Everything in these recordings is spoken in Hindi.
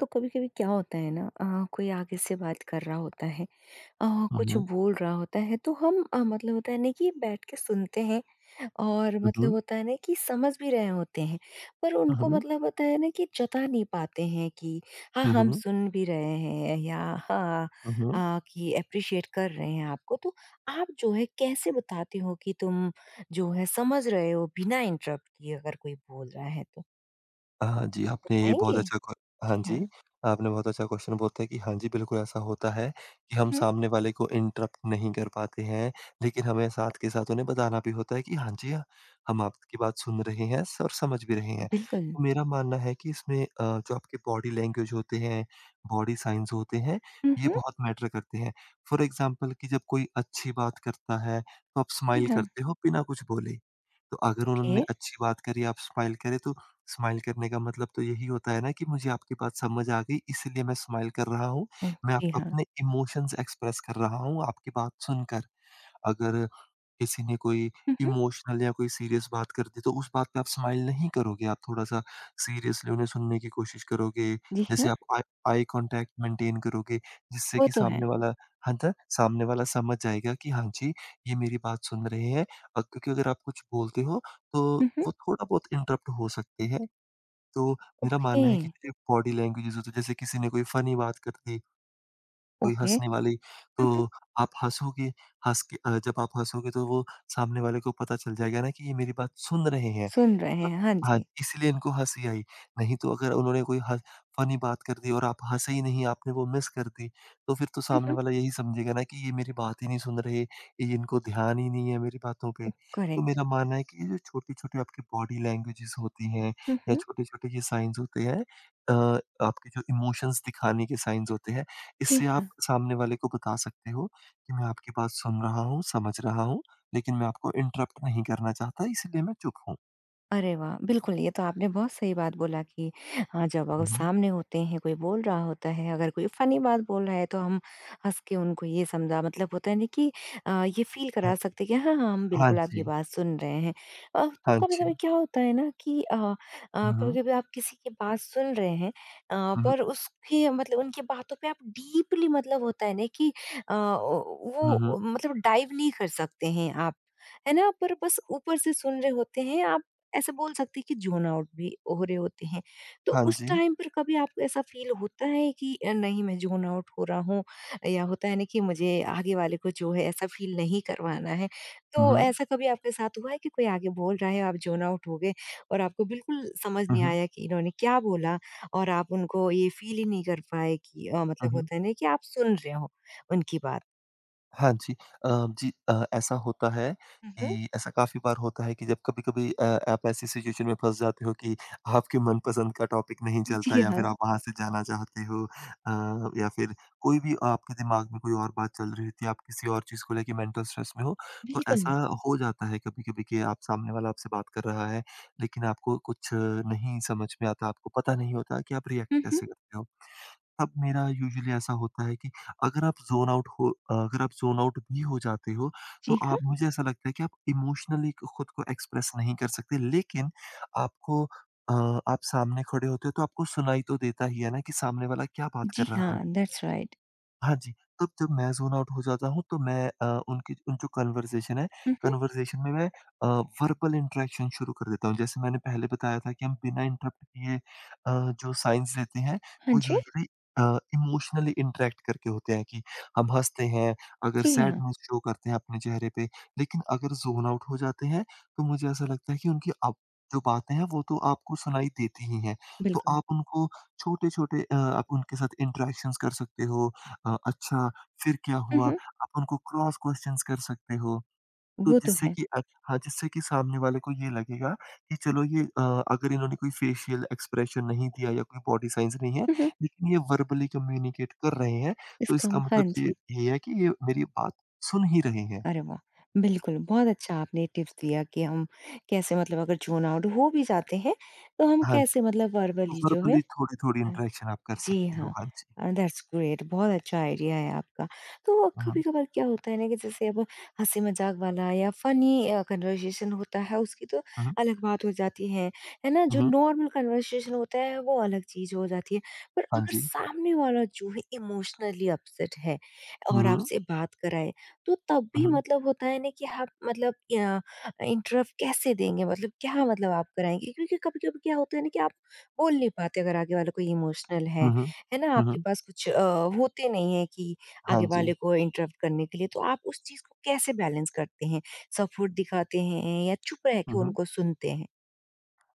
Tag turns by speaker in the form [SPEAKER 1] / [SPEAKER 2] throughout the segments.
[SPEAKER 1] तो कभी-कभी क्या होता है ना कोई आगे से बात कर रहा होता है
[SPEAKER 2] Hı
[SPEAKER 1] कुछ
[SPEAKER 2] hı.
[SPEAKER 1] बोल रहा होता है तो हम मतलब होता है ना कि बैठ के सुनते हैं और
[SPEAKER 2] Hı
[SPEAKER 1] मतलब
[SPEAKER 2] hı.
[SPEAKER 1] होता है ना कि समझ भी रहे होते हैं पर
[SPEAKER 2] Hı
[SPEAKER 1] उनको
[SPEAKER 2] hı.
[SPEAKER 1] मतलब होता है ना कि जता नहीं पाते हैं कि हाँ
[SPEAKER 2] Hı
[SPEAKER 1] हम
[SPEAKER 2] hı.
[SPEAKER 1] सुन भी रहे हैं या हाँ
[SPEAKER 2] Hı hı।
[SPEAKER 1] कि अप्रिशिएट कर रहे हैं आपको तो आप जो है कैसे बताते हो कि तुम जो है समझ रहे हो बिना इंटरप्ट किए अगर कोई बोल रहा है तो
[SPEAKER 2] हाँ जी, आपने ये बहुत
[SPEAKER 1] बताएंगे।
[SPEAKER 2] अच्छा क्वे हाँ
[SPEAKER 1] जी
[SPEAKER 2] जी,
[SPEAKER 1] हाँ।
[SPEAKER 2] आपने बहुत अच्छा क्वेश्चन बोलता है कि हाँ जी, बिल्कुल ऐसा होता है कि हम
[SPEAKER 1] हम्म,
[SPEAKER 2] सामने वाले को इंटरप्ट नहीं कर पाते हैं, लेकिन हमें साथ के साथ उन्हें बताना भी होता है कि हाँ जी, हम आपकी बात सुन रहे हैं स और समझ भी रहे हैं।
[SPEAKER 1] बिल्कुल।
[SPEAKER 2] तो मेरा मानना है कि इसमें जो आपके बॉडी लैंग्वेज होते हैं, बॉडी साइंस होते हैं,
[SPEAKER 1] हुँ,
[SPEAKER 2] ये
[SPEAKER 1] हुँ।
[SPEAKER 2] बहुत मैटर करते हैं। फॉर एग्ज़ाम्पल कि जब कोई अच्छी बात करता है, तो आप
[SPEAKER 1] जी
[SPEAKER 2] स्माइल
[SPEAKER 1] हाँ।
[SPEAKER 2] करते हो बिना कुछ बोले। तो अगर
[SPEAKER 1] ओके।
[SPEAKER 2] उन्होंने अच्छी बात करी, आप स्माइल करें तो स्माइल करने का मतलब तो यही होता है ना कि मुझे आपकी बात समझ आ गई, इसलिए मैं स्माइल कर रहा हूँ।
[SPEAKER 1] अ,
[SPEAKER 2] मैं आप
[SPEAKER 1] जी हाँ।
[SPEAKER 2] अपने इमोशंस एक्सप्रेस कर रहा हूँ आपकी बात सुनकर। अगर किसी ने कोई
[SPEAKER 1] हुँ, हुँ।
[SPEAKER 2] इमोशनल या कोई सीरियस बात कर दी, तो उस बात पे आप स्माइल नहीं करोगे, आप थोड़ा-सा सीरियसली उन्हें सुनने की कोशिश करोगे।
[SPEAKER 1] जी
[SPEAKER 2] जैसे
[SPEAKER 1] हाँ।
[SPEAKER 2] आप आई आई कॉन्टैक्ट मेंटेन करोगे, जिससे
[SPEAKER 1] वो
[SPEAKER 2] कि
[SPEAKER 1] तो है।
[SPEAKER 2] सामने वाला हाँ, त सामने वाला समझ जाएगा कि हाँ जी, ये मेरी बात सुन रहे हैं। क्योंकि अगर आप कुछ बोलते हो, तो
[SPEAKER 1] हुँ, हुँ।
[SPEAKER 2] वो थोड़ा बहुत इंटरप्ट हो सकते हैं। तो मेरा
[SPEAKER 1] ओके,
[SPEAKER 2] मानना है कि जैसे बॉडी लैंग्वेजेज़ होती है, जैसे किसी ने कोई फ़नी बात कर दी कोई
[SPEAKER 1] ओके।
[SPEAKER 2] हँसने वाली
[SPEAKER 1] हुँ, हुँ।
[SPEAKER 2] तो आप हँसोगे, हँस के जब आप हँसोगे तो वो सामने वाले को पता चल जाएगा ना कि ये मेरी बात सुन रहे हैं।
[SPEAKER 1] सुन रहे
[SPEAKER 2] तब
[SPEAKER 1] हैं, हाँ
[SPEAKER 2] हाँ,
[SPEAKER 1] जी।
[SPEAKER 2] इसलिए इनको हँसी आई, नहीं तो अगर उन्होंने कोई हँ फ़नी बात कर दी और आप हँसे ही नहीं, आपने वो मिस कर दी, तो फिर तो
[SPEAKER 1] हुँ,
[SPEAKER 2] सामने
[SPEAKER 1] हुँ।
[SPEAKER 2] वाला यही समझेगा ना कि ये मेरी बात ही नहीं सुन रहे, ये इनको ध्यान ही नहीं है मेरी बातों पे। तो
[SPEAKER 1] करेक्ट।
[SPEAKER 2] मेरा मानना है कि ये जो छोटी-छोटी आपकी बॉडी लैंग्वेजेज़ होती हैं
[SPEAKER 1] हुँ,
[SPEAKER 2] या
[SPEAKER 1] हुँ।
[SPEAKER 2] छोटे-छोटे ये साइन्स होते हैं अ, आपके जो इमोशंस दिखाने के साइन्स होते हैं,
[SPEAKER 1] जी
[SPEAKER 2] इससे आप
[SPEAKER 1] हाँ।
[SPEAKER 2] सामने वाले को बता सकते हो कि मैं आपकी बात सुन रहा हूँ, समझ रहा हूँ, लेकिन मैं आपको इंटरप्ट नहीं करना चाहता इसलिए मैं चुप हूँ।
[SPEAKER 1] अरे वाह! बिल्कुल, ये तो आपने बहुत सही बात बोला कि हाँ, जब अगर
[SPEAKER 2] हुँ, हुँ।
[SPEAKER 1] सामने होते हैं, कोई बोल रहा होता है, अगर कोई फ़नी बात बोल रहा है, तो हम हँस के उनको ये समझा मतलब होता है ना कि ये फ़ील
[SPEAKER 2] अ,
[SPEAKER 1] करा सकते हैं कि हाँ, हाँ, हम
[SPEAKER 2] हाँ
[SPEAKER 1] बिल्कुल आपकी
[SPEAKER 2] जी,
[SPEAKER 1] बात सुन रहे हैं। तो
[SPEAKER 2] हाँ जी।
[SPEAKER 1] कभी-कभी क्या होता है ना कि
[SPEAKER 2] हुँ, हुँ।
[SPEAKER 1] कभी-कभी आप किसी की बात सुन रहे हैं
[SPEAKER 2] हुँ, हुँ।
[SPEAKER 1] पर उसकी मतलब उनकी बातों पे आप डीपली मतलब होता है ना कि
[SPEAKER 2] हुँ, हुँ।
[SPEAKER 1] वो मतलब डाइव नहीं कर सकते हैं आप, है ना? पर बस ऊपर से सुन रहे होते हैं आप ऐसे बोल सकते हैं कि ज़ोन आउट भी हो रहे होते हैं। तो
[SPEAKER 2] हाँ
[SPEAKER 1] उस
[SPEAKER 2] जी।
[SPEAKER 1] टाइम पर कभी आपको ऐसा फ़ील होता है कि नहीं मैं ज़ोन आउट हो रहा हूँ या होता है ना कि मुझे आगे वाले को जो है ऐसा फ़ील नहीं करवाना है।
[SPEAKER 2] हुँ,
[SPEAKER 1] तो
[SPEAKER 2] हुँ।
[SPEAKER 1] ऐसा कभी आपके साथ हुआ है कि कोई आगे बोल रहा है आप ज़ोन आउट हो गए और आपको बिल्कुल समझ
[SPEAKER 2] हुँ,
[SPEAKER 1] नहीं
[SPEAKER 2] हुँ।
[SPEAKER 1] आया कि इन्होंने क्या बोला और आप उनको ये फ़ील ही नहीं कर पाए कि
[SPEAKER 2] हुँ,
[SPEAKER 1] मतलब
[SPEAKER 2] हुँ।
[SPEAKER 1] होता है ना कि आप सुन रहे हो उनकी बात?
[SPEAKER 2] हाँ जी। अ, जी ऐसा होता है
[SPEAKER 1] हुँ, हुँ।
[SPEAKER 2] कि ऐसा काफ़ी बार होता है कि जब कभी-कभी आप ऐसी सिचुएशन में फँस जाते हो कि आपके मनपसंद का टॉपिक नहीं चलता
[SPEAKER 1] जी
[SPEAKER 2] या फिर
[SPEAKER 1] हाँ,
[SPEAKER 2] आप वहाँ से जाना चाहते हो या फिर कोई भी आपके दिमाग में कोई और बात चल रही होती है, आप किसी और चीज़ को लेके मेंटल स्ट्रेस में हो, तो
[SPEAKER 1] बिल्कुल।
[SPEAKER 2] ऐसा हो जाता है कभी-कभी कि आप सामने वाला आपसे बात कर रहा है, लेकिन आपको कुछ नहीं समझ में आता, आपको पता नहीं होता कि आप रिएक्ट
[SPEAKER 1] हुँ, हुँ।
[SPEAKER 2] कैसे करते हो। तब मेरा यूजुअली ऐसा होता है कि अगर आप ज़ोन आउट हो अगर आप ज़ोन आउट भी हो जाते हो, तो
[SPEAKER 1] जी हाँ,
[SPEAKER 2] आप मुझे ऐसा लगता है कि आप इमोशनली खुद को एक्सप्रेस नहीं कर सकते। लेकिन आपको अ, आप सामने खड़े होते हो तो आपको सुनाई तो देता ही है ना कि सामने वाला क्या बात
[SPEAKER 1] जी
[SPEAKER 2] कर रहा
[SPEAKER 1] हाँ,
[SPEAKER 2] है।
[SPEAKER 1] That's right.
[SPEAKER 2] हाँ जी, तब जब मैं ज़ोन आउट हो जाता हूँ तो मैं उनकी उन जो कन्वर्सेशन है,
[SPEAKER 1] हुँ, हुँ।
[SPEAKER 2] कन्वर्सेशन में मैं वर्बल इंटरैक्शन शुरू कर देता हूँ। जैसे मैंने पहले बताया था कि हम बिना इंटरप्ट किए जो साइंस देते हैं
[SPEAKER 1] हाँ
[SPEAKER 2] वो
[SPEAKER 1] जी।
[SPEAKER 2] यूजुअली अ, इमोशनली इंटरैक्ट करके होते हैं कि हम हँसते हैं, अगर
[SPEAKER 1] जी हाँ,
[SPEAKER 2] सैडनेस शो करते हैं अपने चेहरे पे। लेकिन अगर ज़ोन आउट हो जाते हैं तो मुझे ऐसा लगता है कि उनकी अब जो बातें हैं वो तो आपको सुनाई देती ही हैं। तो
[SPEAKER 1] बिल्कुल।
[SPEAKER 2] आप उनको छोटे-छोटे आप उनके साथ इंटरैक्शंस कर सकते हो अच्छा फिर क्या
[SPEAKER 1] हुँ,
[SPEAKER 2] हुआ?
[SPEAKER 1] हुँ।
[SPEAKER 2] आप उनको क्रॉस क्वेश्चन्स कर सकते हो। तो
[SPEAKER 1] वो तो
[SPEAKER 2] जिससे
[SPEAKER 1] है।
[SPEAKER 2] कि हाँ, जिससे कि सामने वाले को ये लगेगा कि चलो ये अगर इन्होंने कोई फेशियल एक्सप्रेशन नहीं दिया या कोई बॉडी साइंस नहीं है,
[SPEAKER 1] हुँ, हुँ।
[SPEAKER 2] लेकिन ये वर्बली कम्युनिकेट कर रहे हैं, तो
[SPEAKER 1] इसका
[SPEAKER 2] इसका
[SPEAKER 1] हाँ
[SPEAKER 2] मतलब ये
[SPEAKER 1] जी।
[SPEAKER 2] ये है कि ये मेरी बात सुन ही रहे हैं।
[SPEAKER 1] अरे वाह! बिल्कुल, बहुत अच्छा आपने टिप्स दिया कि हम कैसे मतलब अगर ज़ोन आउट हो भी जाते हैं, तो हम
[SPEAKER 2] हाँ जी,
[SPEAKER 1] कैसे मतलब
[SPEAKER 2] तो
[SPEAKER 1] वर्बली जो है
[SPEAKER 2] वर्बली थोड़ी-थोड़ी
[SPEAKER 1] अ
[SPEAKER 2] इंटरैक्शन आप कर
[SPEAKER 1] जी
[SPEAKER 2] सकते हो।
[SPEAKER 1] हाँ।
[SPEAKER 2] हाँ जी।
[SPEAKER 1] दैट्स ग्रेट बहुत अच्छा आइडिया है आपका। तो
[SPEAKER 2] हुँ, हुँ।
[SPEAKER 1] कभी-कभार क्या होता है ना कि जैसे अब हँसी-मज़ाक वाला या फ़नी कन्वर्सेशन होता है उसकी तो
[SPEAKER 2] हुँ, हुँ।
[SPEAKER 1] अलग बात हो जाती है ना?
[SPEAKER 2] हुँ,
[SPEAKER 1] जो
[SPEAKER 2] हुँ।
[SPEAKER 1] नॉर्मल कन्वर्सेशन होता है वो अलग चीज़ हो जाती है। पर
[SPEAKER 2] हाँ
[SPEAKER 1] अगर
[SPEAKER 2] जी।
[SPEAKER 1] सामने वाला जो है इमोशनली अपसेट है
[SPEAKER 2] हुँ,
[SPEAKER 1] और
[SPEAKER 2] हुँ।
[SPEAKER 1] आपसे बात कराए, तो तब
[SPEAKER 2] हुँ,
[SPEAKER 1] भी
[SPEAKER 2] हुँ।
[SPEAKER 1] मतलब होता है ना कि आप मतलब अ, इंटरप्ट कैसे देंगे? मतलब क्या मतलब आप कराएँगे? क्योंकि कभी-कभी क्या होता है ना कि आप बोल नहीं पाते अगर आगे वाला कोई इमोशनल
[SPEAKER 2] हुँ, हुँ।
[SPEAKER 1] है ना?
[SPEAKER 2] हुँ,
[SPEAKER 1] आपके
[SPEAKER 2] हुँ।
[SPEAKER 1] पास कुछ होते नहीं है कि
[SPEAKER 2] हाँ
[SPEAKER 1] आगे
[SPEAKER 2] जी।
[SPEAKER 1] वाले को इंटरप्ट करने के लिए, तो आप उस चीज़ को कैसे बैलेंस करते हैं? सपोर्ट दिखाते हैं या चुप रह
[SPEAKER 2] हुँ,
[SPEAKER 1] के
[SPEAKER 2] हुँ।
[SPEAKER 1] उनको सुनते हैं?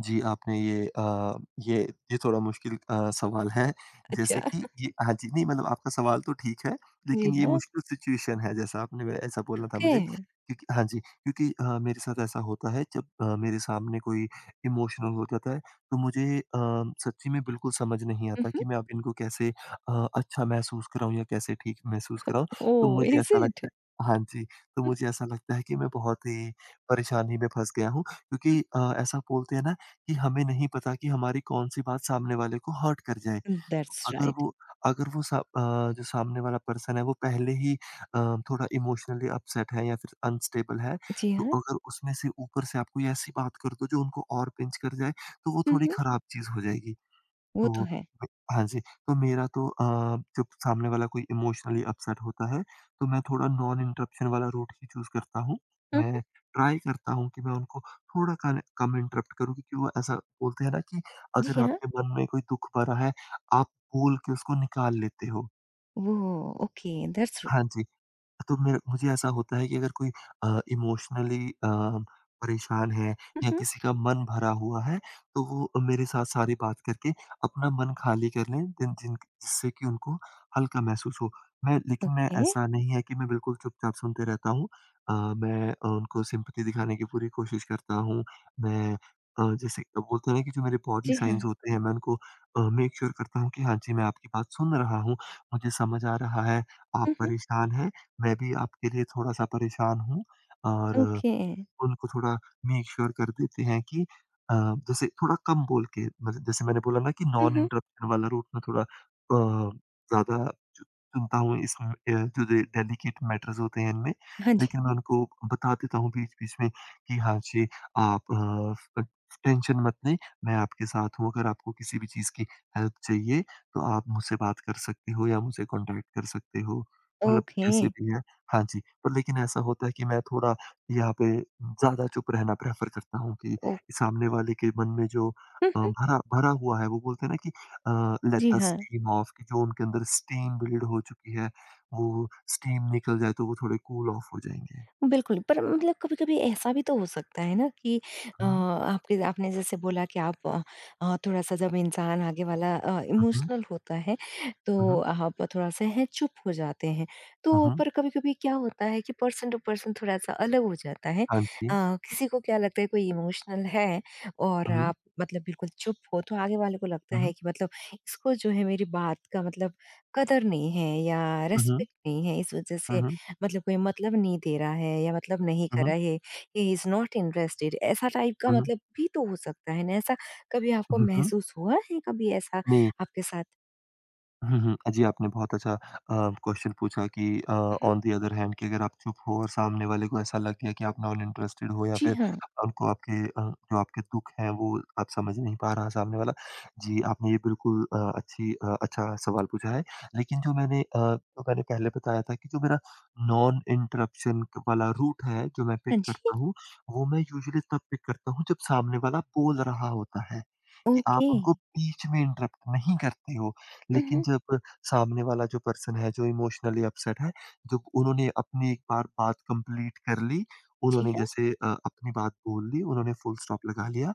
[SPEAKER 2] जी, आपने ये ये ये थोड़ा मुश्किल सवाल है,
[SPEAKER 1] अच्छा,
[SPEAKER 2] जैसे कि ये हाँ जी, नहीं मतलब आपका सवाल तो ठीक है,
[SPEAKER 1] जी
[SPEAKER 2] लेकिन ये
[SPEAKER 1] हाँ।
[SPEAKER 2] मुश्किल सिचुएशन है, जैसा आपने ब ऐसा बोला था
[SPEAKER 1] ओके।
[SPEAKER 2] मुझे क्योंकि हाँ जी, क्योंकि मेरे साथ ऐसा होता है जब मेरे सामने कोई इमोशनल हो जाता है, तो मुझे सच्ची में बिल्कुल समझ नहीं
[SPEAKER 1] हुँ,
[SPEAKER 2] आता
[SPEAKER 1] हुँ।
[SPEAKER 2] कि मैं अब इनको कैसे अच्छा महसूस कराऊँ या कैसे ठीक महसूस कराऊँ? तो
[SPEAKER 1] ओह!
[SPEAKER 2] मुझे
[SPEAKER 1] इज़
[SPEAKER 2] ऐसा
[SPEAKER 1] इट?
[SPEAKER 2] लगता है हाँ जी, तो मुझे ऐसा लगता है कि मैं बहुत ही परेशानी में फँस गया हूँ क्योंकि ऐसा बोलते हैं ना कि हमें नहीं पता कि हमारी कौन-सी बात सामने वाले को हर्ट कर जाए।
[SPEAKER 1] दैट्स
[SPEAKER 2] अगर
[SPEAKER 1] राइट।
[SPEAKER 2] वो अगर वो सा अ, जो सामने वाला पर्सन है वो पहले ही अ, थोड़ा इमोशनली अपसेट है या फिर अनस्टेबल है,
[SPEAKER 1] जी
[SPEAKER 2] तो
[SPEAKER 1] हाँ।
[SPEAKER 2] अगर उसमें से ऊपर से आप कोई ऐसी बात कर दो जो उनको और पिंच कर जाए, तो वो
[SPEAKER 1] हुँ,
[SPEAKER 2] थोड़ी
[SPEAKER 1] हुँ।
[SPEAKER 2] खराब चीज़ हो जाएगी।
[SPEAKER 1] वो तो
[SPEAKER 2] तो
[SPEAKER 1] है।
[SPEAKER 2] अ, हाँ जी, तो मेरा तो जब सामने वाला कोई इमोशनली अपसेट होता है, तो मैं थोड़ा नॉन इंटरप्शन वाला रूट ही चूज़ करता हूँ।
[SPEAKER 1] हुँ,
[SPEAKER 2] मैं ट्राई करता हूँ कि मैं उनको थोड़ा कन कम इंटरप्ट करूँ क्योंकि वो ऐसा बोलते हैं ना कि
[SPEAKER 1] हुँ।
[SPEAKER 2] अगर
[SPEAKER 1] जी हाँ।
[SPEAKER 2] आपके मन में कोई दुःख भरा है, आप बोल के उसको निकाल लेते हो।
[SPEAKER 1] वो ओके दैट्स
[SPEAKER 2] हाँ जी। तो मेर मुझे ऐसा होता है कि अगर कोई इमोशनली परेशान है
[SPEAKER 1] हुँ,
[SPEAKER 2] या
[SPEAKER 1] हुँ।
[SPEAKER 2] किसी का मन भरा हुआ है, तो वो मेरे साथ सारी बात करके अपना मन खाली कर लें जिन जिन जिससे कि उनको हल्का महसूस हो। मैं लेकिन मैं
[SPEAKER 1] ओके।
[SPEAKER 2] ऐसा नहीं है कि मैं बिल्कुल चुपचाप सुनते रहता हूँ। मैं उनको सिम्पैथी दिखाने की पूरी कोशिश करता हूँ। मैं जैसे बोलते हैं ना कि जो मेरे बॉडी
[SPEAKER 1] जी हाँ।
[SPEAKER 2] साइन्स होते हैं मैं उनको मेक श्योर करता हूँ कि हाँ जी, मैं आपकी बात सुन रहा हूँ, मुझे समझ आ रहा है, आप
[SPEAKER 1] हुँ, हुँ।
[SPEAKER 2] परेशान हैं। मैं भी आपके लिए थोड़ा-सा परेशान हूँ और
[SPEAKER 1] ओके।
[SPEAKER 2] उनको थोड़ा मेक श्योर कर देते हैं कि अ, जैसे थोड़ा कम बोल के मतलब जैसे मैंने बोला ना कि
[SPEAKER 1] हुँ,
[SPEAKER 2] नॉन
[SPEAKER 1] हुँ।
[SPEAKER 2] इंटरप्शन वाला रूट मैं थोड़ा ज़्यादा चु चुनता हूँ इसमें जो डे डेलिकेट मैटर्स होते हैं इनमें,
[SPEAKER 1] हाँ जी।
[SPEAKER 2] लेकिन मैं उनको बता देता हूँ बीच-बीच में कि हाँ जी, आप अ, टेंशन मत लें, मैं आपके साथ हूँ, अगर आपको किसी भी चीज़ की हेल्प चाहिए, तो आप मुझसे बात कर सकते हो या मुझे कॉन्टैक्ट कर सकते हो। मतलब
[SPEAKER 1] ओके।
[SPEAKER 2] जैसे भी है हाँ जी, पर लेकिन ऐसा होता है कि मैं थोड़ा यहाँ पे ज़्यादा चुप रहना प्रेफ़र करता हूँ कि
[SPEAKER 1] ओ
[SPEAKER 2] सामने वाले के मन में जो
[SPEAKER 1] हुँ, हुँ।
[SPEAKER 2] भरा भरा हुआ है, वो बोलते हैं ना कि लेट
[SPEAKER 1] जी
[SPEAKER 2] द
[SPEAKER 1] हाँ।
[SPEAKER 2] स्टीम ऑफ कि जो उनके अंदर स्टीम बिल्ड हो चुकी है, वो स्टीम निकल जाए तो वो थोड़े कूल ऑफ हो जाएँगे।
[SPEAKER 1] बिल्कुल, पर मतलब कभी-कभी ऐसा भी तो हो सकता है ना कि
[SPEAKER 2] हुँ,
[SPEAKER 1] आपके आपने जैसे बोला कि आप थोड़ा-सा जब इंसान आगे वाला
[SPEAKER 2] हुँ,
[SPEAKER 1] इमोशनल होता है, तो
[SPEAKER 2] हुँ,
[SPEAKER 1] आप थोड़ा-सा हैं चुप हो जाते हैं।
[SPEAKER 2] हुँ,
[SPEAKER 1] तो
[SPEAKER 2] हुँ,
[SPEAKER 1] पर कभी-कभी क्या होता है कि पर्सन टू पर्सन थोड़ा-सा अलग हो जाता है।
[SPEAKER 2] हाँ जी।
[SPEAKER 1] किसी को क्या लगता है कोई इमोशनल है और
[SPEAKER 2] हुँ,
[SPEAKER 1] आप मतलब बिल्कुल चुप हो, तो आगे वाले को लगता
[SPEAKER 2] हुँ,
[SPEAKER 1] है
[SPEAKER 2] हुँ,
[SPEAKER 1] कि मतलब इसको जो है मेरी बात का मतलब कदर नहीं है या
[SPEAKER 2] हुँ,
[SPEAKER 1] रिस्पेक्ट नहीं है, इस वज़ह
[SPEAKER 2] हुँ,
[SPEAKER 1] से
[SPEAKER 2] हुँ,
[SPEAKER 1] मतलब कोई मतलब नहीं दे रहा है या मतलब नहीं कर
[SPEAKER 2] हुँ,
[SPEAKER 1] रहा है, ही इज़ नॉट इंटरेस्टेड ऐसा टाइप का
[SPEAKER 2] हुँ,
[SPEAKER 1] मतलब भी तो हो सकता है ना, ऐसा कभी आपको
[SPEAKER 2] हुँ, हुँ,
[SPEAKER 1] महसूस हुआ है कभी ऐसा
[SPEAKER 2] नहीं।
[SPEAKER 1] आपके साथ?
[SPEAKER 2] हुँ, हुँ। जी, आपने बहुत अच्छा क्वेश्चन पूछा कि
[SPEAKER 1] उहुँ।
[SPEAKER 2] ऑन द अदर हैंड कि अगर आप चुप हो और सामने वाले को ऐसा लग गया कि आप नॉन इंटरेस्टेड हो या
[SPEAKER 1] जी
[SPEAKER 2] फिर
[SPEAKER 1] हाँ।
[SPEAKER 2] उनको आपके जो आपके दुःख हैं वो आप समझ नहीं पा रहा सामने वाला। जी, आपने ये बिल्कुल अच्छा सवाल पूछा है। लेकिन जो मैंने पहले बताया था कि जो मेरा नॉन इंटरप्शन क वाला रूट है जो मैं
[SPEAKER 1] हाँ
[SPEAKER 2] पिक
[SPEAKER 1] जी,
[SPEAKER 2] करता हूँ, वो मैं यूजुअली तब पिक करता हूँ जब सामने वाला बोल रहा होता है, कि आप
[SPEAKER 1] ओके।
[SPEAKER 2] उनको बीच में इंटरप्ट नहीं करते हो। लेकिन
[SPEAKER 1] उहुँ।
[SPEAKER 2] जब सामने वाला जो पर्सन है, जो इमोशनली अपसेट है, जब उन्होंने अपनी एक बार बात कंप्लीट कर ली,
[SPEAKER 1] जी
[SPEAKER 2] उन्होंने
[SPEAKER 1] हाँ,
[SPEAKER 2] जैसे अपनी बात बोल ली, उन्होंने फुल स्टॉप लगा लिया।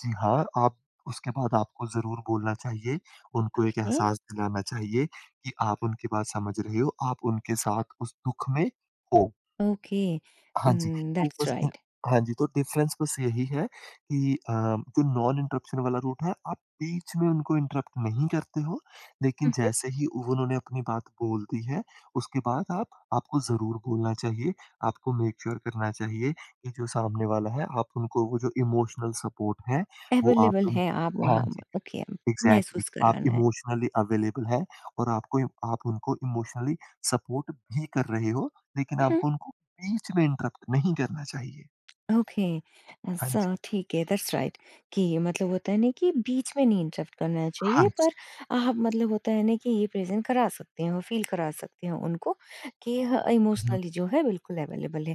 [SPEAKER 2] जी हाँ, आप उसके बाद आपको ज़रूर बोलना चाहिए, उनको एक
[SPEAKER 1] ओके,
[SPEAKER 2] एहसास दिलाना चाहिए कि आप उनकी बात समझ रहे हो, आप उनके साथ उस दुःख में हो।
[SPEAKER 1] ओके।
[SPEAKER 2] हाँ जी, तो
[SPEAKER 1] दैट्स
[SPEAKER 2] बस
[SPEAKER 1] राइट।
[SPEAKER 2] हाँ जी, तो डिफ़रेंस बस यही है कि जो नॉन इंटरप्शन वाला रूट है, आप बीच में उनको इंटरप्ट नहीं करते हो, लेकिन
[SPEAKER 1] उहुँ,
[SPEAKER 2] जैसे ही वो उन्होंने अपनी बात बोल दी है, उसके बाद आप आपको ज़रूर बोलना चाहिए, आपको मेक श्योर करना चाहिए कि जो सामने वाला है, आप उनको वो जो इमोशनल सपोर्ट है, वो आप
[SPEAKER 1] अवेलेबल
[SPEAKER 2] उन
[SPEAKER 1] है आप
[SPEAKER 2] हाँ
[SPEAKER 1] वहाँ।
[SPEAKER 2] जी।
[SPEAKER 1] ओके,
[SPEAKER 2] एग्ज़ैक्टली,
[SPEAKER 1] महसूस
[SPEAKER 2] आप
[SPEAKER 1] कराना
[SPEAKER 2] इमोशनली अवेलेबल हैं और आपको आप उनको इमोशनली सपोर्ट भी कर रहे हो, लेकिन
[SPEAKER 1] है।
[SPEAKER 2] आपको उनको बीच में इंटरप्ट नहीं करना चाहिए।
[SPEAKER 1] ओके।
[SPEAKER 2] हाँ
[SPEAKER 1] ऐसा
[SPEAKER 2] जी,
[SPEAKER 1] ठीक है, दैट्स राइट कि मतलब होता है ना कि बीच में नहीं इंटरप्ट करना
[SPEAKER 2] हाँ
[SPEAKER 1] चाहिए, पर
[SPEAKER 2] जी।
[SPEAKER 1] आप मतलब होता है ना कि ये प्रेज़ेंट करा सकते हो, फ़ील करा सकते हो उनको कि ह
[SPEAKER 2] हुँ, हुँ।
[SPEAKER 1] इमोशनली जो है बिल्कुल अवेलेबल है।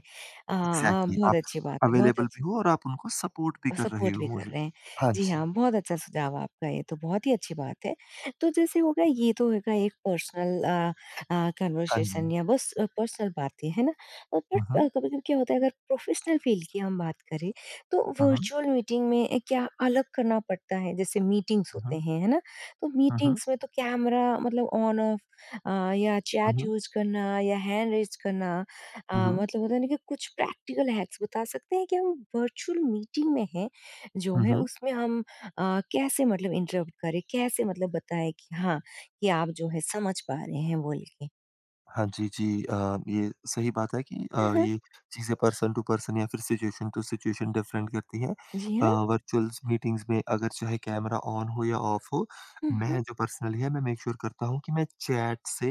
[SPEAKER 2] एग्ज़ैक्टली,
[SPEAKER 1] बहुत
[SPEAKER 2] आप
[SPEAKER 1] अच्छी बात है, बहुत
[SPEAKER 2] अवेलेबल
[SPEAKER 1] अच्छी
[SPEAKER 2] भी हो और आप उनको सपोर्ट भी
[SPEAKER 1] और
[SPEAKER 2] कर रहे
[SPEAKER 1] सपोर्ट
[SPEAKER 2] हो
[SPEAKER 1] भी कर
[SPEAKER 2] मौजू
[SPEAKER 1] रहे हैं।
[SPEAKER 2] हाँ
[SPEAKER 1] जी
[SPEAKER 2] जी,
[SPEAKER 1] हाँ, बहुत अच्छा सुझाव आपका ये तो बहुत ही अच्छी बात है। तो जैसे हो गया ये तो होगा एक पर्सनल
[SPEAKER 2] हाँ जी।
[SPEAKER 1] कन्वर्सेशन या बस पर्सनल बातें, है ना? बट
[SPEAKER 2] हुँ, हुँ।
[SPEAKER 1] कभी-कभी क्या होता है अगर प्रोफेशनल फ़ील्ड की हम बात करें तो
[SPEAKER 2] हुँ, हुँ।
[SPEAKER 1] वर्चुअल मीटिंग में क्या अलग करना पड़ता है? जैसे मीटिंग्स
[SPEAKER 2] हुँ,
[SPEAKER 1] होते
[SPEAKER 2] हुँ।
[SPEAKER 1] हैं, है ना? तो
[SPEAKER 2] हुँ, हुँ।
[SPEAKER 1] मीटिंग्स में तो कैमरा मतलब ऑन ऑफ अ, या
[SPEAKER 2] हुँ,
[SPEAKER 1] चैट
[SPEAKER 2] हुँ।
[SPEAKER 1] यूज़ करना या हैंड रेज़ करना मतलब होता है ना कि कुछ प्रैक्टिकल हैक्स बता सकते हैं कि हम वर्चुअल मीटिंग में हैं, जो
[SPEAKER 2] हुँ,
[SPEAKER 1] है
[SPEAKER 2] हुँ।
[SPEAKER 1] उसमें हम कैसे मतलब इंटरप्ट करें, कैसे मतलब बताएँ कि हाँ, कि आप जो है समझ पा रहे हैं बोल के?
[SPEAKER 2] हाँ जी, जी। ये सही बात है कि
[SPEAKER 1] हाँ, हाँ।
[SPEAKER 2] ये चीज़ें पर्सन टू पर्सन या फिर सिचुएशन टू सिचुएशन डिफरेंट करती हैं।
[SPEAKER 1] जी हाँ।
[SPEAKER 2] वर्चुअल्स मीटिंग्स में अगर चाहे कैमरा ऑन हो या ऑफ हो,
[SPEAKER 1] हुँ, हुँ।
[SPEAKER 2] मैं जो पर्सनली है मैं मेक श्योर करता हूँ कि मैं चैट से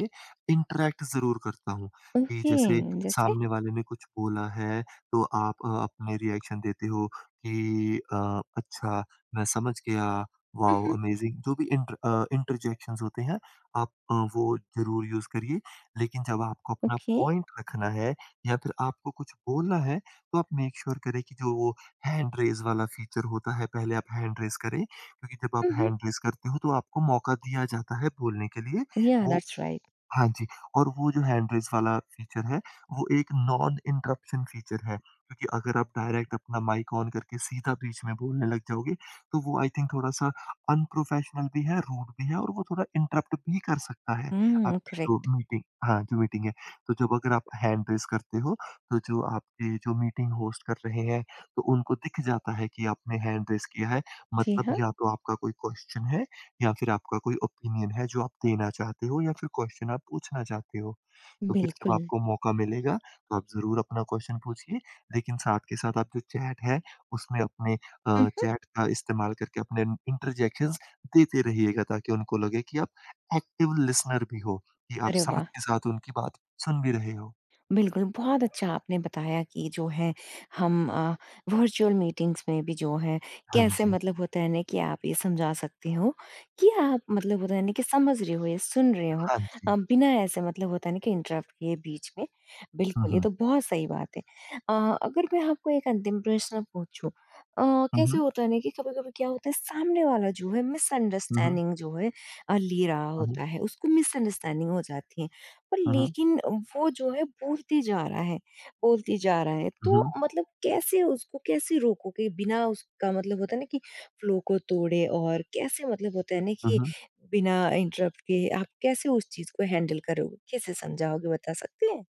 [SPEAKER 2] इंटरैक्ट ज़रूर करता हूँ, कि
[SPEAKER 1] ओके।
[SPEAKER 2] जैसे
[SPEAKER 1] जैसे?
[SPEAKER 2] सामने वाले ने कुछ बोला है तो आप अपने रिएक्शन देते हो कि "अच्छा, मैं समझ गया,
[SPEAKER 1] हुँ,
[SPEAKER 2] वॉव
[SPEAKER 1] हुँ।
[SPEAKER 2] अमेजिंग" जो भी इंटरजेक्शंस होते हैं आप वो ज़रूर यूज़ करिए। लेकिन जब आपको अपना
[SPEAKER 1] ओके।
[SPEAKER 2] पॉइंट रखना है या फिर आपको कुछ बोलना है, तो आप मेक श्योर करें कि जो वो हैंड रेज़ वाला फ़ीचर होता है, पहले आप हैंड रेज़ करें क्योंकि जब
[SPEAKER 1] हुँ,
[SPEAKER 2] आप
[SPEAKER 1] हुँ।
[SPEAKER 2] हैंड रेज़ करते हो, तो आपको मौका दिया जाता है बोलने के लिए।
[SPEAKER 1] या
[SPEAKER 2] वो
[SPEAKER 1] दैट्स राइट।
[SPEAKER 2] हाँ जी, और वो जो हैंड रेज़ वाला फ़ीचर है, वो एक नॉन इंटरप्शन फ़ीचर है, क्योंकि अगर आप डायरेक्ट अपना माइक ऑन करके सीधा बीच में बोलने लग जाओगे, तो वो आई थिंक थोड़ा-सा अनप्रोफ़ेशनल भी है, रूड भी है और वो थोड़ा इंटरप्ट भी कर सकता है,
[SPEAKER 1] हुँ,
[SPEAKER 2] आपकी जो
[SPEAKER 1] करेक्ट।
[SPEAKER 2] मीटिंग हाँ, जो मीटिंग है। तो जब अगर आप हैंड रेज़ करते हो, तो जो आपके जो मीटिंग होस्ट कर रहे हैं, तो उनको दिख जाता है कि आपने हैंड रेज़ किया है,
[SPEAKER 1] जी
[SPEAKER 2] मतलब
[SPEAKER 1] हाँ,
[SPEAKER 2] या तो आपका कोई क्वेश्चन है या फिर आपका कोई ओपिनियन है जो आप देना चाहते हो या फिर क्वेश्चन आप पूछना चाहते हो। तो फिर जब
[SPEAKER 1] बिल्कुल।
[SPEAKER 2] आपको मौका मिलेगा तो आप ज़रूर अपना क्वेश्चन पूछिए, लेकिन साथ के साथ आप जो चैट है उसमें अपने
[SPEAKER 1] हुँ, हुँ।
[SPEAKER 2] चैट का इस्तेमाल करके अपने इंटरजेक्शंस देते रहिएगा ताकि उनको लगे कि आप एक्टिव लिसनर भी हो, कि आप
[SPEAKER 1] अरे
[SPEAKER 2] साथ
[SPEAKER 1] वाह!
[SPEAKER 2] के साथ उनकी बात सुन भी रहे हो।
[SPEAKER 1] बिल्कुल, बहुत अच्छा आपने बताया कि जो है हम वर्चुअल मीटिंग्स में भी जो है
[SPEAKER 2] हाँ
[SPEAKER 1] कैसे
[SPEAKER 2] जी,
[SPEAKER 1] मतलब होता है ना कि आप ये समझा सकते हो कि आप मतलब होता है ना कि समझ रहे हो या सुन रहे हो
[SPEAKER 2] हाँ जी।
[SPEAKER 1] बिना ऐसे मतलब होता है ना कि इंटरप्ट किए बीच में।
[SPEAKER 2] हुँ,
[SPEAKER 1] बिल्कुल, ये
[SPEAKER 2] हुँ।
[SPEAKER 1] तो बहुत सही बात है। अगर मैं आपको एक अंतिम प्रश्न पूछूँ अ,
[SPEAKER 2] हुँ,
[SPEAKER 1] कैसे
[SPEAKER 2] हुँ।
[SPEAKER 1] होता है ना कि कभी-कभी क्या होता है सामने वाला जो है
[SPEAKER 2] हुँ, हुँ।
[SPEAKER 1] मिसअंडरस्टैंडिंग जो है ले रहा
[SPEAKER 2] हुँ, हुँ।
[SPEAKER 1] होता है, उसको मिसअंडरस्टैंडिंग हो जाती है। पर
[SPEAKER 2] हुँ, हुँ।
[SPEAKER 1] लेकिन वो जो है बोलते जा रहा है बोलते जा रहा है तो
[SPEAKER 2] हुँ,
[SPEAKER 1] मतलब कैसे उसको कैसे रोको कि बिना उसका मतलब होता है ना कि फ्लो को तोड़े और कैसे मतलब होता है ना कि
[SPEAKER 2] हुँ।
[SPEAKER 1] बिना इंटरप्ट के आप कैसे उस चीज को हैंडल करोगे कैसे समझाओगे बता सकते हैं?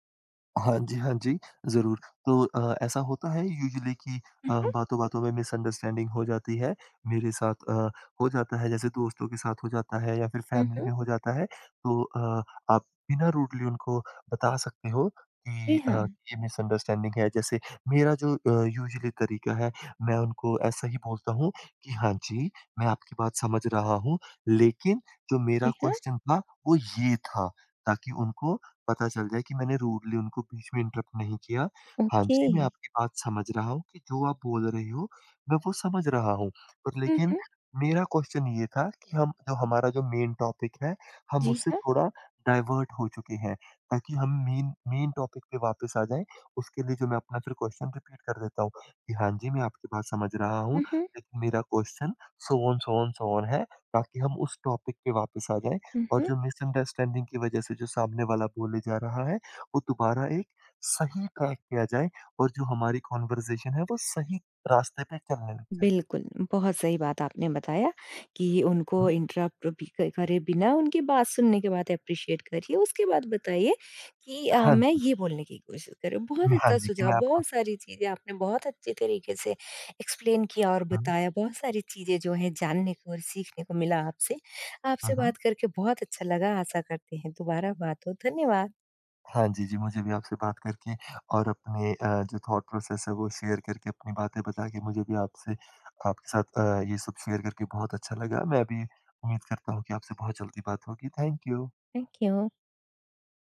[SPEAKER 2] हाँ जी, हाँ जी, ज़रूर। तो ऐसा होता है यूजुअली कि
[SPEAKER 1] मम्,
[SPEAKER 2] बातों-बातों में मिसअंडरस्टैंडिंग हो जाती है। मेरे साथ हो जाता है जैसे दोस्तों के साथ हो जाता है या फिर फैमिली
[SPEAKER 1] हम्म।
[SPEAKER 2] में हो जाता है। तो आप बिना रूडली उनको बता सकते हो
[SPEAKER 1] जी
[SPEAKER 2] कि
[SPEAKER 1] हाँ।
[SPEAKER 2] ये मिसअंडरस्टैंडिंग है। जैसे मेरा जो यूजुअली तरीका है मैं उनको ऐसा ही बोलता हूँ कि हाँ जी, मैं आपकी बात समझ रहा हूँ लेकिन जो मेरा
[SPEAKER 1] जी हाँ।
[SPEAKER 2] क्वेश्चन था वो ये था ताकि उनको पता चल जाए कि मैंने रूडली उनको बीच में इंटरप्ट नहीं किया। हाँ
[SPEAKER 1] ओके।
[SPEAKER 2] जी, मैं आपकी बात समझ रहा हूँ कि जो आप बोल रहे हो, मैं वो समझ रहा हूँ। पर लेकिन
[SPEAKER 1] मम्,
[SPEAKER 2] मेरा क्वेश्चन ये था कि हम जो हमारा जो मेन टॉपिक है, हम
[SPEAKER 1] जी
[SPEAKER 2] उससे
[SPEAKER 1] हाँ।
[SPEAKER 2] थोड़ा डाइवर्ट हो चुके हैं, ताकि हम मेन मेन टॉपिक पे वापस आ जाएँ। उसके लिए जो मैं अपना फिर क्वेश्चन रिपीट कर देता हूँ कि हाँ जी, मैं आपकी बात समझ रहा हूँ,
[SPEAKER 1] मम्।
[SPEAKER 2] लेकिन मेरा question so on, so on, so on है, ताकि हम उस टॉपिक पे वापस आ जाएँ। और
[SPEAKER 1] मम्।
[SPEAKER 2] जो मिसअंडरस्टैंडिंग की वजह से जो सामने वाला बोले जा रहा है, वो दोबारा एक सही ट्रैक पे आ जाए और जो हमारी कन्वर्सेशन है, वो सही रास्ते पे चलने लग जाए।
[SPEAKER 1] बिल्कुल, बहुत सही बात आपने बताया कि उनको
[SPEAKER 2] हुँ,
[SPEAKER 1] इंटरप्ट भी क करे बिना उनकी बात सुनने के बाद एप्रिशिएट करिए। उसके बाद बताइए कि
[SPEAKER 2] हाँ
[SPEAKER 1] मैं
[SPEAKER 2] जी।
[SPEAKER 1] ये बोलने की कोशिश करूँ। बहुत
[SPEAKER 2] हाँ
[SPEAKER 1] अच्छा
[SPEAKER 2] जी, कि
[SPEAKER 1] सुझाव,
[SPEAKER 2] मैं आपको
[SPEAKER 1] बहुत सारी चीज़ें आपने बहुत अच्छे तरीके से एक्सप्लेन किया और
[SPEAKER 2] हुँ,
[SPEAKER 1] बताया। बहुत सारी चीज़ें जो हैं जानने को और सीखने को मिला आपसे।
[SPEAKER 2] हुँ,
[SPEAKER 1] आपसे
[SPEAKER 2] हुँ।
[SPEAKER 1] बात करके बहुत अच्छा लगा। आशा करते हैं दोबारा बात हो। धन्यवाद।
[SPEAKER 2] हाँ जी, जी, मुझे भी आपसे बात करके और अपने जो थॉट प्रोसेस है, वो शेयर करके, अपनी बातें बता के मुझे भी आपसे आपके साथ ये सब शेयर करके बहुत अच्छा लगा। मैं भी उम्मीद करता हूँ कि आपसे बहुत जल्दी बात होगी। Thank you.
[SPEAKER 1] Thank you.